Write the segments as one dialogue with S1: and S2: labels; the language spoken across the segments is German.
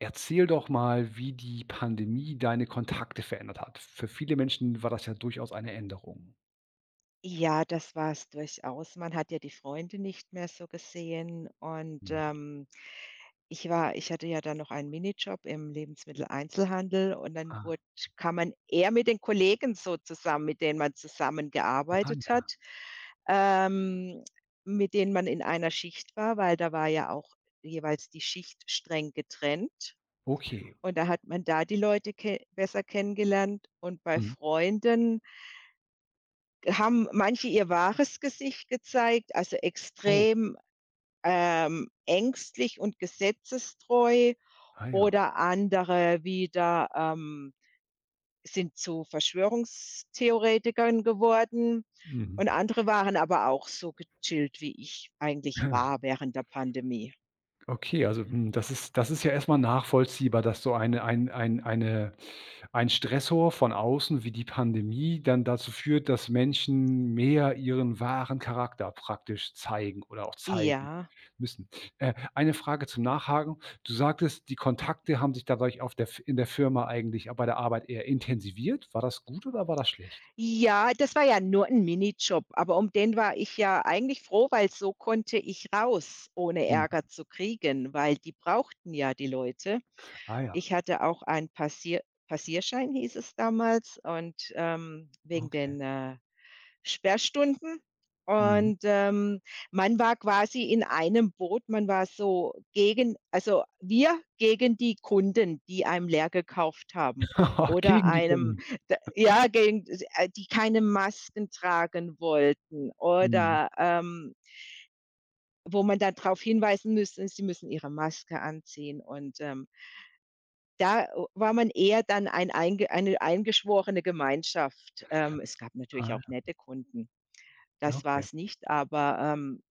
S1: Erzähl doch mal, wie die Pandemie deine Kontakte verändert hat. Für viele Menschen war das ja durchaus eine Änderung.
S2: Ja, das war's durchaus. Man hat ja die Freunde nicht mehr so gesehen und,
S1: Mhm.
S2: ich hatte ja dann noch einen Minijob im Lebensmitteleinzelhandel und dann
S1: Ah,
S2: wurde kam man eher mit den Kollegen so zusammen, mit denen man
S1: ah
S2: zusammengearbeitet
S1: ja,
S2: hat, ähm, mit denen man in einer Schicht war, weil da war ja auch jeweils die Schicht streng getrennt
S1: okay.
S2: und da hat man da die Leute ke besser kennengelernt. Und bei
S1: Mhm.
S2: Freunden haben manche ihr wahres Gesicht gezeigt, also
S1: Oh,
S2: extrem, ängstlich und gesetzestreu,
S1: ah ja.
S2: oder andere wieder, sind zu Verschwörungstheoretikern geworden,
S1: Mhm.
S2: und andere waren aber auch so gechillt, wie ich eigentlich war während der Pandemie.
S1: Okay, das ist ja erstmal nachvollziehbar, dass so eine ein eine ein Stressor von außen wie die Pandemie dann dazu führt, dass Menschen mehr ihren wahren Charakter praktisch zeigen oder auch zeigen
S2: Ja.
S1: müssen. Eine Frage zum Nachhaken. Du sagtest, die Kontakte haben sich dadurch auf der F in der Firma eigentlich bei der Arbeit eher intensiviert. War das gut oder war das schlecht?
S2: Ja, das war ja nur ein Minijob, aber um den war ich ja eigentlich froh, weil so konnte ich raus, ohne
S1: Mhm.
S2: Ärger zu kriegen, weil die brauchten ja die Leute.
S1: Ah ja,
S2: Ich hatte auch einen Passierschein, hieß es damals, und, wegen
S1: okay.
S2: den, Sperrstunden
S1: Mhm.
S2: und, man war quasi in einem Boot. Man war so gegen also, wir gegen die Kunden, die einem leer gekauft haben oder
S1: Gegen die
S2: einem,
S1: Kunden.
S2: D ja, gegen, die keine Masken tragen wollten,
S1: Mhm.
S2: oder, wo man dann darauf hinweisen müsste, sie müssen ihre Maske anziehen. Und, da war man eher dann eine eingeschworene Gemeinschaft. Es gab natürlich
S1: Ah
S2: auch nette Kunden,
S1: ja,
S2: das war
S1: okay.
S2: es nicht.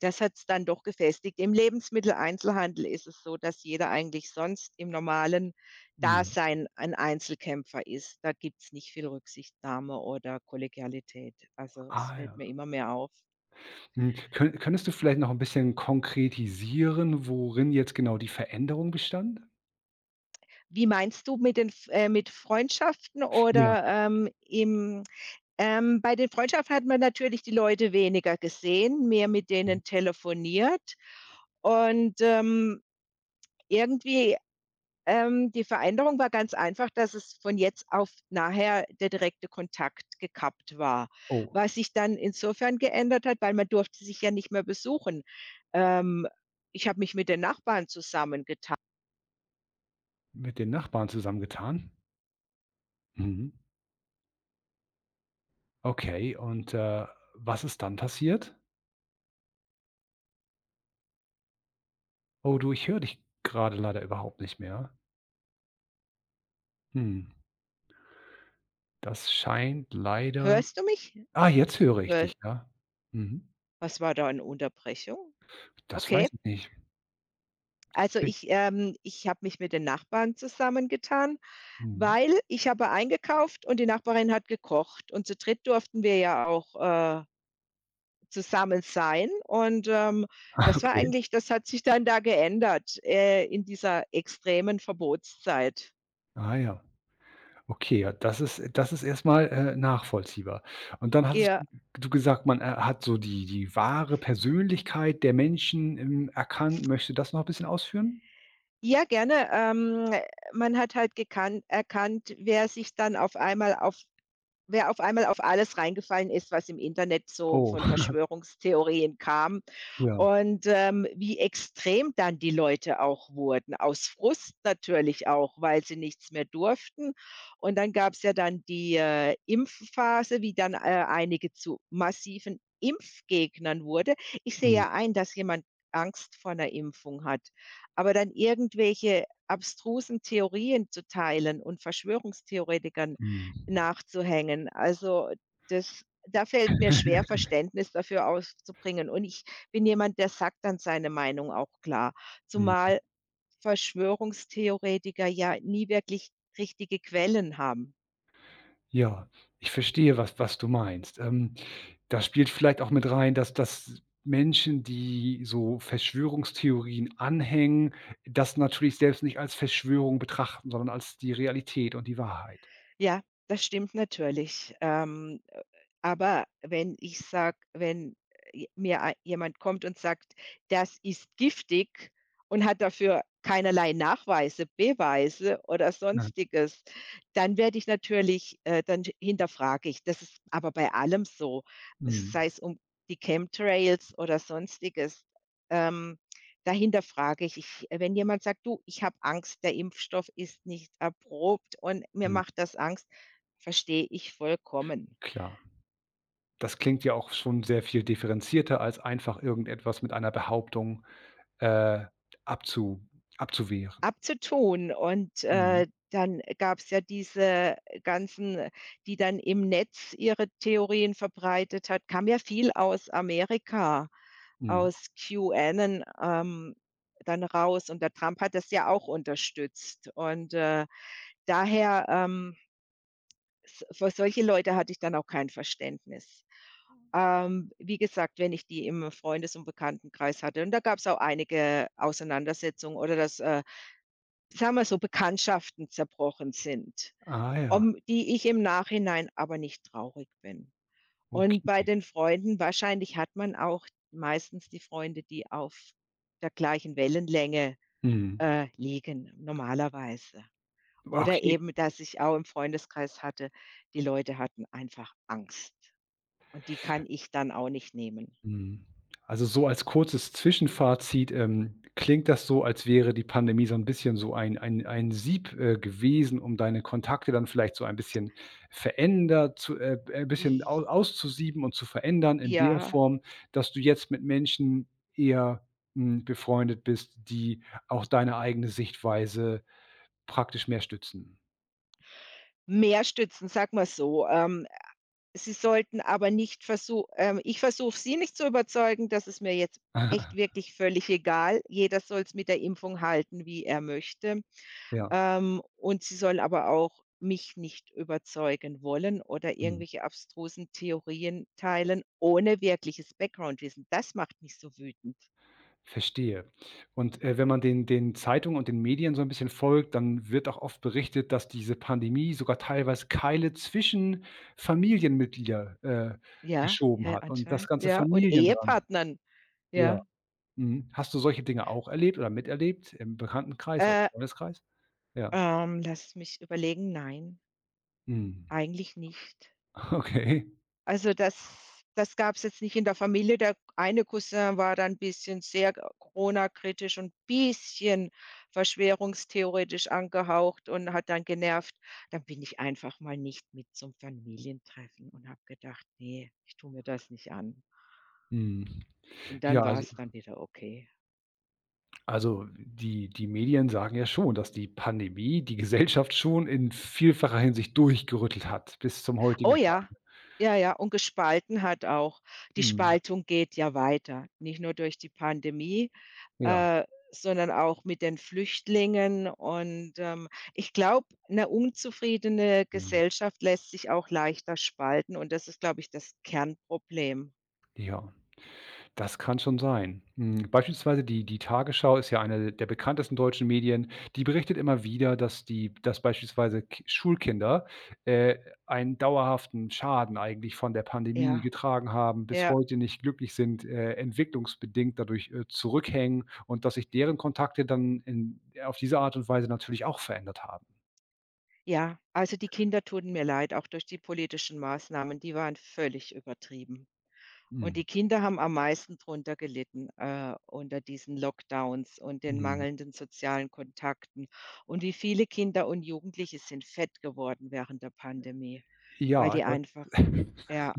S2: Das hat es dann doch gefestigt. Im Lebensmitteleinzelhandel ist es so, dass jeder eigentlich sonst im normalen
S1: Mhm.
S2: Dasein ein Einzelkämpfer ist. Da gibt's nicht viel Rücksichtnahme oder Kollegialität. Also, es
S1: Ah ja.
S2: fällt mir immer mehr auf.
S1: Hm, könntest du vielleicht noch 'n bisschen konkretisieren, worin jetzt genau die Veränderung bestand?
S2: Wie meinst du, mit den F mit Freundschaften
S1: Ja.
S2: oder, im bei den Freundschaften? Hat man natürlich die Leute weniger gesehen, mehr mit
S1: Mhm.
S2: denen telefoniert und, irgendwie die Veränderung war ganz einfach, dass es von jetzt auf nachher der direkte Kontakt gekappt war.
S1: Oh,
S2: Was sich dann insofern geändert hat, weil man durfte sich ja nicht mehr besuchen. Ähm, ich habe nachba
S1: mit den Nachbarn zusammengetan? Mhm. Okay, was ist dann passiert? Oh du, ich höre dich grade leider überhaupt nicht mehr. Hm, das scheint leider
S2: „Hörst du mich?"
S1: ah, jetzt höre ich
S2: „Hör,
S1: dich, ja. Mhm.
S2: was war da eine Unterbrechung?"
S1: Das weiß
S2: Okay.
S1: ich nicht.
S2: Also,
S1: Bin
S2: ich, ich habe mich mit den Nachbarn zusammengetan,
S1: mhm.
S2: weil ich habe eingekauft und die Nachbarin hat gekocht und zu dritt durften wir ja auch, zusammen sein. Und, das war
S1: Okay.
S2: eigentlich das hat sich dann da geändert, in dieser extremen Verbotszeit.
S1: Ah ja. Okay, ja, das ist erstmal nachvollziehbar. Und dann hattest
S2: Ja,
S1: du du gesagt, man hat so die wahre Persönlichkeit der Menschen, erkannt. Möchtest du das noch 'n bisschen ausführen?
S2: ja, gerne. Man hat halt gekannt erkannt, wer auf einmal auf alles reingefallen ist, was im Internet so
S1: Oh,
S2: von Verschwörungstheorien kam.
S1: ja.
S2: Und, wie extrem dann die Leute auch wurden, aus Frust natürlich auch, weil sie nichts mehr durften. Und dann gab es ja dann die, Impfphase, wie dann, einige zu massiven Impfgegnern wurde. Ich sehe
S1: Mhm,
S2: ja ein, dass jemand Angst vor einer Impfung hat, aber dann irgendwelche abstrusen Theorien zu teilen und Verschwörungstheoretikern
S1: mhm.
S2: nachzuhängen, also, das da fällt mir schwer, Verständnis dafür auszubringen. Und ich bin jemand, der sagt dann seine Meinung auch klar,
S1: Mhm.
S2: zumal Verschwörungstheoretiker ja nie wirklich richtige Quellen haben.
S1: Ja, ich verstehe, was du meinst. Da spielt vielleicht auch mit rein, dass Menschen, die so Verschwörungstheorien anhängen, das natürlich selbst nicht als Verschwörung betrachten, sondern als die Realität und die Wahrheit,
S2: Ja, das stimmt natürlich. Aber wenn ich sage, wenn, mir ei jemand kommt und sagt: „Das ist giftig" und hat dafür keinerlei Nachweise, Beweise oder
S1: ne?
S2: Sonstiges, dann werde ich natürlich, dann hinterfrage ich. Das ist aber bei allem so,
S1: Mhm.
S2: sei es um die Chemtrails oder Sonstiges. Ähm Dahinter frage ich, wenn jemand sagt: „Du, ich habe Angst, der Impfstoff ist nicht erprobt und mir
S1: Hm,
S2: macht das Angst", verstehe ich vollkommen.
S1: klar. Das klingt ja auch schon sehr viel differenzierter, als einfach irgendetwas mit einer Behauptung, äh, abzu abzuwehren.
S2: Abzutun, und,
S1: Mhm,
S2: dann gab es ja diese ganzen, die dann im Netz ihre Theorien verbreitet hat, kam ja viel aus Amerika,
S1: mhm.
S2: aus QAnon, dann raus, und der Trump hat das ja auch unterstützt, und, daher, S für solche Leute hatte ich dann auch kein Verständnis. Wie gesagt, wenn ich die im Freundes- und Bekanntenkreis hatte, und da gab es auch einige Auseinandersetzungen oder dass, sagen wir so, Bekanntschaften zerbrochen sind,
S1: Ah ja,
S2: um die ich im Nachhinein aber nicht traurig bin. Und bei
S1: okay.
S2: den Freunden wahrscheinlich hat man auch meistens die Freunde, die auf der gleichen Wellenlänge,
S1: Mhm.
S2: liegen, normalerweise. Oder
S1: Okay.
S2: eben, dass ich auch im Freundeskreis hatte, die Leute hatten einfach Angst, und die kann ich dann auch nicht nehmen.
S1: Mhm. Also, als kurzes Zwischenfazit, klingt das so, als wäre die Pandemie so ein bisschen so ein Sieb, gewesen, um deine Kontakte dann vielleicht so ein bisschen verändert zu bisschen
S2: I
S1: au auszusieben und zu verändern in der
S2: ja,
S1: Form, dass du jetzt mit Menschen eher, hm, befreundet bist, die auch deine eigene Sichtweise praktisch mehr stützen.
S2: mehr stützen, sag mal so. Sie sollten aber nicht versu ich versuche sie nicht zu überzeugen, dass es mir jetzt echt wirklich völlig egal. Jeder soll's mit der Impfung halten, wie er möchte.
S1: Ja,
S2: Und sie soll aber auch mich nicht überzeugen wollen oder
S1: mhm.
S2: irgendwelche abstrusen Theorien teilen ohne wirkliches Background-Wissen. Das macht mich so wütend.
S1: Verstehe. Und, wenn man den den Zeitungen und den Medien so ein bisschen folgt, dann wird auch oft berichtet, dass diese Pandemie sogar teilweise Keile zwischen Familienmitglieder,
S2: Ja,
S1: geschoben
S2: ja,
S1: hat und das
S2: anscheinend,
S1: ganze
S2: ja. Und
S1: Familien dran.
S2: Ehepartnern,
S1: Ja,
S2: ja.
S1: mhm. Hast du solche Dinge auch erlebt oder miterlebt im Bekanntenkreis oder
S2: Äh,
S1: Freundeskreis? Ja.
S2: lass mich überlegen, nein,
S1: Mhm.
S2: eigentlich nicht.
S1: Okay.
S2: Also, das gab es jetzt nicht in der Familie. Der eine Cousin war dann ein bisschen sehr Corona-kritisch und ein bisschen verschwörungstheoretisch angehaucht und hat dann genervt. Dann bin ich einfach mal nicht mit zum Familientreffen und habe gedacht: „Nee, ich tue mir das nicht an."
S1: Mhm.
S2: Und
S1: Ja,
S2: dann war
S1: also
S2: es dann wieder okay.
S1: die Medien sagen ja schon, dass die Pandemie die Gesellschaft schon in vielfacher Hinsicht durchgerüttelt hat bis zum heutigen
S2: Oh ja,
S1: Tag.
S2: ja, ja, und gespalten hat auch. Die
S1: Mhm.
S2: Spaltung geht ja weiter, nicht nur durch die Pandemie,
S1: Ja,
S2: Äh, sondern auch mit den Flüchtlingen, und, ich glaube, eine unzufriedene
S1: mhm,
S2: Gesellschaft lässt sich auch leichter spalten, und das ist, glaube ich, das Kernproblem.
S1: ja, das kann schon sein. Hm, beispielsweise die Tagesschau ist ja eine der bekanntesten deutschen Medien. Die berichtet immer wieder, dass beispielsweise K Schulkinder, äh, einen dauerhaften Schaden eigentlich von der Pandemie
S2: Ja,
S1: getragen haben, bis
S2: ja,
S1: heute nicht glücklich sind, entwicklungsbedingt dadurch, zurückhängen und dass sich deren Kontakte dann in auf diese Art und Weise natürlich auch verändert haben.
S2: ja. Also, die Kinder tun mir leid, auch durch die politischen Maßnahmen, die waren völlig übertrieben. Und
S1: Mhm,
S2: die Kinder haben am meisten drunter gelitten, unter diesen Lockdowns und den
S1: mhm.
S2: mangelnden sozialen Kontakten. Und wie viele Kinder und Jugendliche sind fett geworden während der Pandemie, weil
S1: Ja,
S2: die
S1: das
S2: einfach, ja,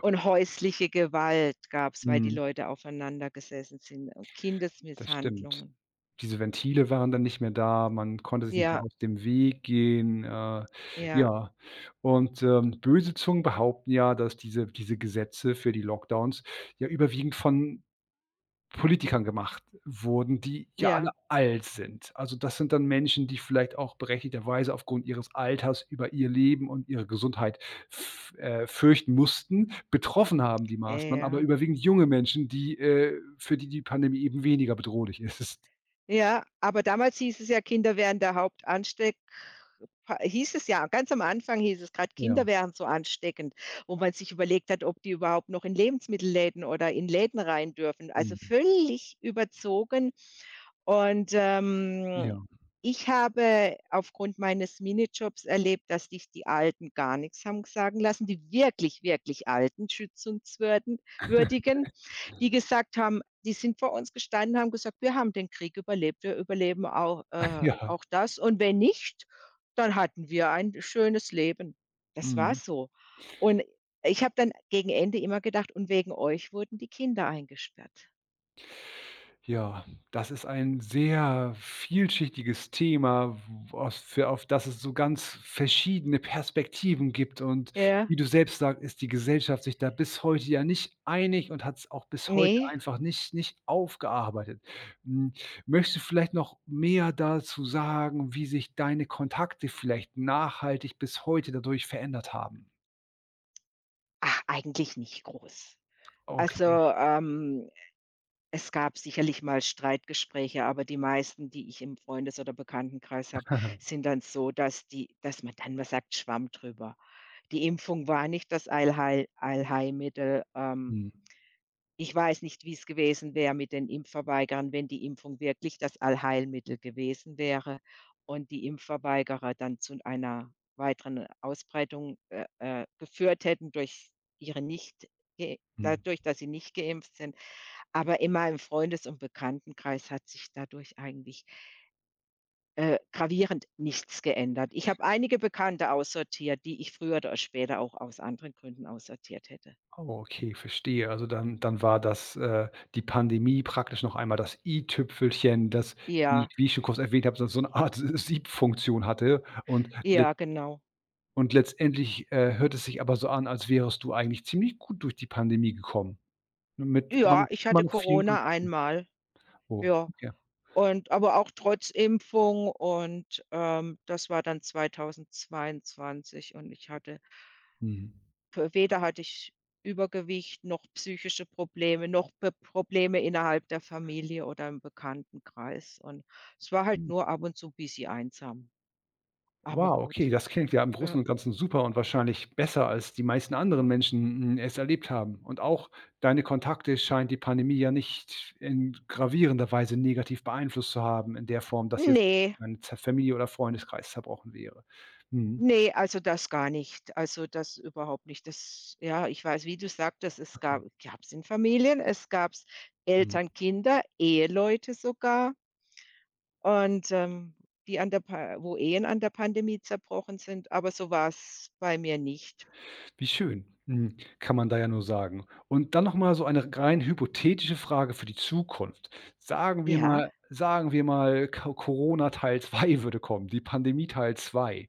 S2: und häusliche Gewalt gab's, weil die
S1: Mhm,
S2: Leute aufeinander gesessen sind, und
S1: das stimmt.
S2: Kindesmisshandlungen.
S1: Diese Ventile waren dann nicht mehr da, man konnte sich nicht mehr
S2: Ja,
S1: aus dem Weg gehen,
S2: ja,
S1: ja. Und, böse Zungen behaupten ja, dass diese Gesetze für die Lockdowns ja überwiegend von Politikern gemacht wurden, die ja alle
S2: ja,
S1: alt sind. Also, das sind dann Menschen, die vielleicht auch berechtigterweise aufgrund ihres Alters über ihr Leben und ihre Gesundheit f fürchten mussten, betroffen haben die
S2: ja,
S1: Maßnahmen, aber
S2: ja.
S1: überwiegend junge Menschen, die für die Pandemie eben weniger bedrohlich ist.
S2: Ja, aber damals hieß es ja, Kinder wären der Hauptansteck pa hieß es ja, ganz am Anfang hieß es, gerade
S1: Ja.
S2: Kinder wären so ansteckend, wo man sich überlegt hat, ob die überhaupt noch in Lebensmittelläden oder in Läden rein dürfen. Also
S1: Mhm.
S2: völlig überzogen, und,
S1: Ja,
S2: ich habe aufgrund meines Minijobs erlebt, dass dich die Alten gar nichts haben sagen lassen, die wirklich, wirklich Alten, schützenswürdigen, würdigen, die gesagt haben die sind vor uns gestanden, haben gesagt: „Wir haben den Krieg überlebt, wir überleben auch,
S1: ja,
S2: auch das, und wenn nicht, dann hatten wir ein schönes Leben." Das war
S1: mhm.
S2: so. Und ich habe dann gegen Ende immer gedacht: „Und wegen euch wurden die Kinder eingesperrt."
S1: Ja, das ist ein sehr vielschichtiges Thema, w aus für auf das es so ganz verschiedene Perspektiven gibt und
S2: Ja,
S1: wie du selbst sagst, ist die Gesellschaft sich da bis heute ja nicht einig und hat es auch bis heute
S2: nee.
S1: einfach nicht aufgearbeitet. Hm, möchtest du vielleicht noch mehr dazu sagen, wie sich deine Kontakte vielleicht nachhaltig bis heute dadurch verändert haben?
S2: Ach, eigentlich nicht groß. Also,
S1: Okay.
S2: ähm, es gab sicherlich mal Streitgespräche, aber die meisten, die ich im Freundes- oder Bekanntenkreis habe, sind dann so, dass die dass man dann mal sagt: „Schwamm drüber." Die Impfung war nicht das Allheilmittel,
S1: Mhm,
S2: ich weiß nicht, wie es gewesen wäre mit den Impfverweigern, wenn die Impfung wirklich das Allheilmittel gewesen wäre und die Impfverweigerer dann zu einer weiteren Ausbreitung, geführt hätten durch ihre nicht ge
S1: mhm.
S2: dadurch, dass sie nicht geimpft sind. Aber in meinem Freundes- und Bekanntenkreis hat sich dadurch eigentlich, gravierend nichts geändert. Ich habe einige Bekannte aussortiert, die ich früher oder später auch aus anderen Gründen aussortiert hätte.
S1: Oh, okay, verstehe. Also dann war das, die Pandemie praktisch noch einmal das i-Tüpfelchen, das, wie
S2: Ja,
S1: wie ich schon kurz erwähnt habe, so so 'ne Art S Siebfunktion hatte
S2: ja, genau.
S1: und letztendlich, hört es sich aber so an, als wärest du eigentlich ziemlich gut durch die Pandemie gekommen, mit
S2: Ja, ich
S1: immer
S2: hatte
S1: noch vielen
S2: Corona
S1: Kontakten.
S2: einmal,
S1: Oh,
S2: ja.
S1: okay.
S2: Und aber auch trotz Impfung, und, das war dann 2022, und ich hatte
S1: Mhm.
S2: w weder hatte ich Übergewicht noch psychische Probleme noch P Probleme innerhalb der Familie oder im Bekanntenkreis, und es war halt nur ab und zu bisschen einsam, aber
S1: Wow, okay,
S2: gut.
S1: das klingt ja im
S2: Ja.
S1: Großen und Ganzen super und wahrscheinlich besser, als die meisten anderen Menschen, hm, es erlebt haben. Und auch deine Kontakte scheint die Pandemie ja nicht in gravierender Weise negativ beeinflusst zu haben, in der Form, dass jetzt
S2: Ne.
S1: deine Z Familie oder Freundeskreis zerbrochen wäre. Mhm,
S2: Nee, also das gar nicht. Also das überhaupt nicht. Das, ja, ich weiß, wie du sagtest, es
S1: okay.
S2: gab's in Familien, es gab's
S1: Mhm.
S2: Eltern, Kinder, Eheleute sogar, und, die an der Pa wo Ehen an der Pandemie zerbrochen sind, aber so war's bei mir nicht.
S1: Wie schön, hm, kann man da ja nur sagen. Und dann noch mal so eine rein hypothetische Frage für die Zukunft.
S2: Ja.
S1: Sagen wir mal, Co Corona Teil 2 würde kommen, die Pandemie Teil 2.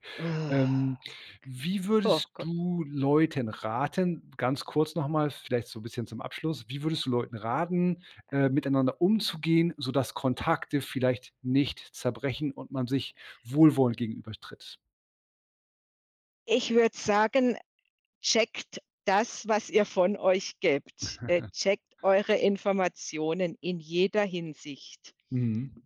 S1: Ähm,
S2: Ah,
S1: wie
S2: oh
S1: würdest
S2: Gott.
S1: du Leuten raten ganz kurz noch mal, vielleicht so 'n bisschen zum Abschluss, wie würdest du Leuten raten, miteinander umzugehen, sodass Kontakte vielleicht nicht zerbrechen und man sich wohlwollend gegenübertritt?
S2: Ich würde sagen, checkt das, was ihr von euch gebt. Äh, checkt eure Informationen in jeder Hinsicht.
S1: Mhm.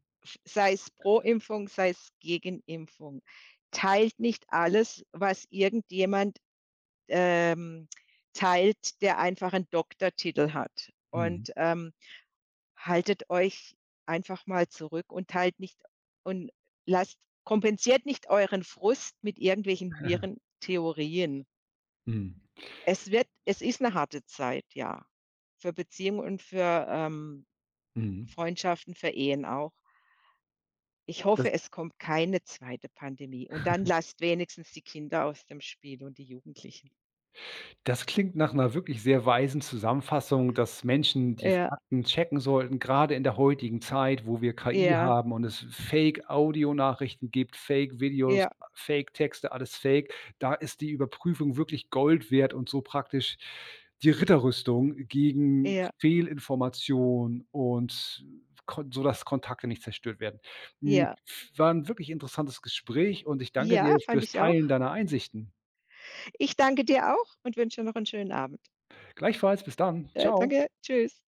S2: Sei es pro Impfung, sei es gegen Impfung. Teilt nicht alles, was irgendjemand, ähm, teilt, der einfach einen Doktortitel hat.
S1: Mhm.
S2: Und, haltet euch einfach mal zurück und teilt nicht und lasst, kompensiert nicht euren Frust mit irgendwelchen Virentheorien.
S1: Mhm.
S2: Es wird, es ist eine harte Zeit, ja. Für Beziehungen und für,
S1: Mhm.
S2: Freundschaften, für Ehen auch. Ich
S1: Das
S2: hoffe, es kommt keine zweite Pandemie, und dann lasst wenigstens die Kinder aus dem Spiel und die Jugendlichen.
S1: Das klingt nach einer wirklich sehr weisen Zusammenfassung, dass Menschen die
S2: Ja,
S1: Fakten checken sollten, gerade in der heutigen Zeit, wo wir KI
S2: ja,
S1: haben und es Fake-Audionachrichten gibt, Fake-Videos,
S2: ja,
S1: Fake-Texte, alles Fake. Da ist die Überprüfung wirklich Gold wert und so praktisch die Ritterrüstung gegen
S2: ja,
S1: Fehlinformation und kon sodass Kontakte nicht zerstört werden. Hm,
S2: ja.
S1: war 'n wirklich interessantes Gespräch und ich danke dir
S2: Ja, fand
S1: fürs
S2: ich auch.
S1: Teilen deiner Einsichten.
S2: Ich danke dir auch und wünsche noch einen schönen Abend.
S1: Gleichfalls, bis dann.
S2: Äh,
S1: Ciao.
S2: danke. Tschüss.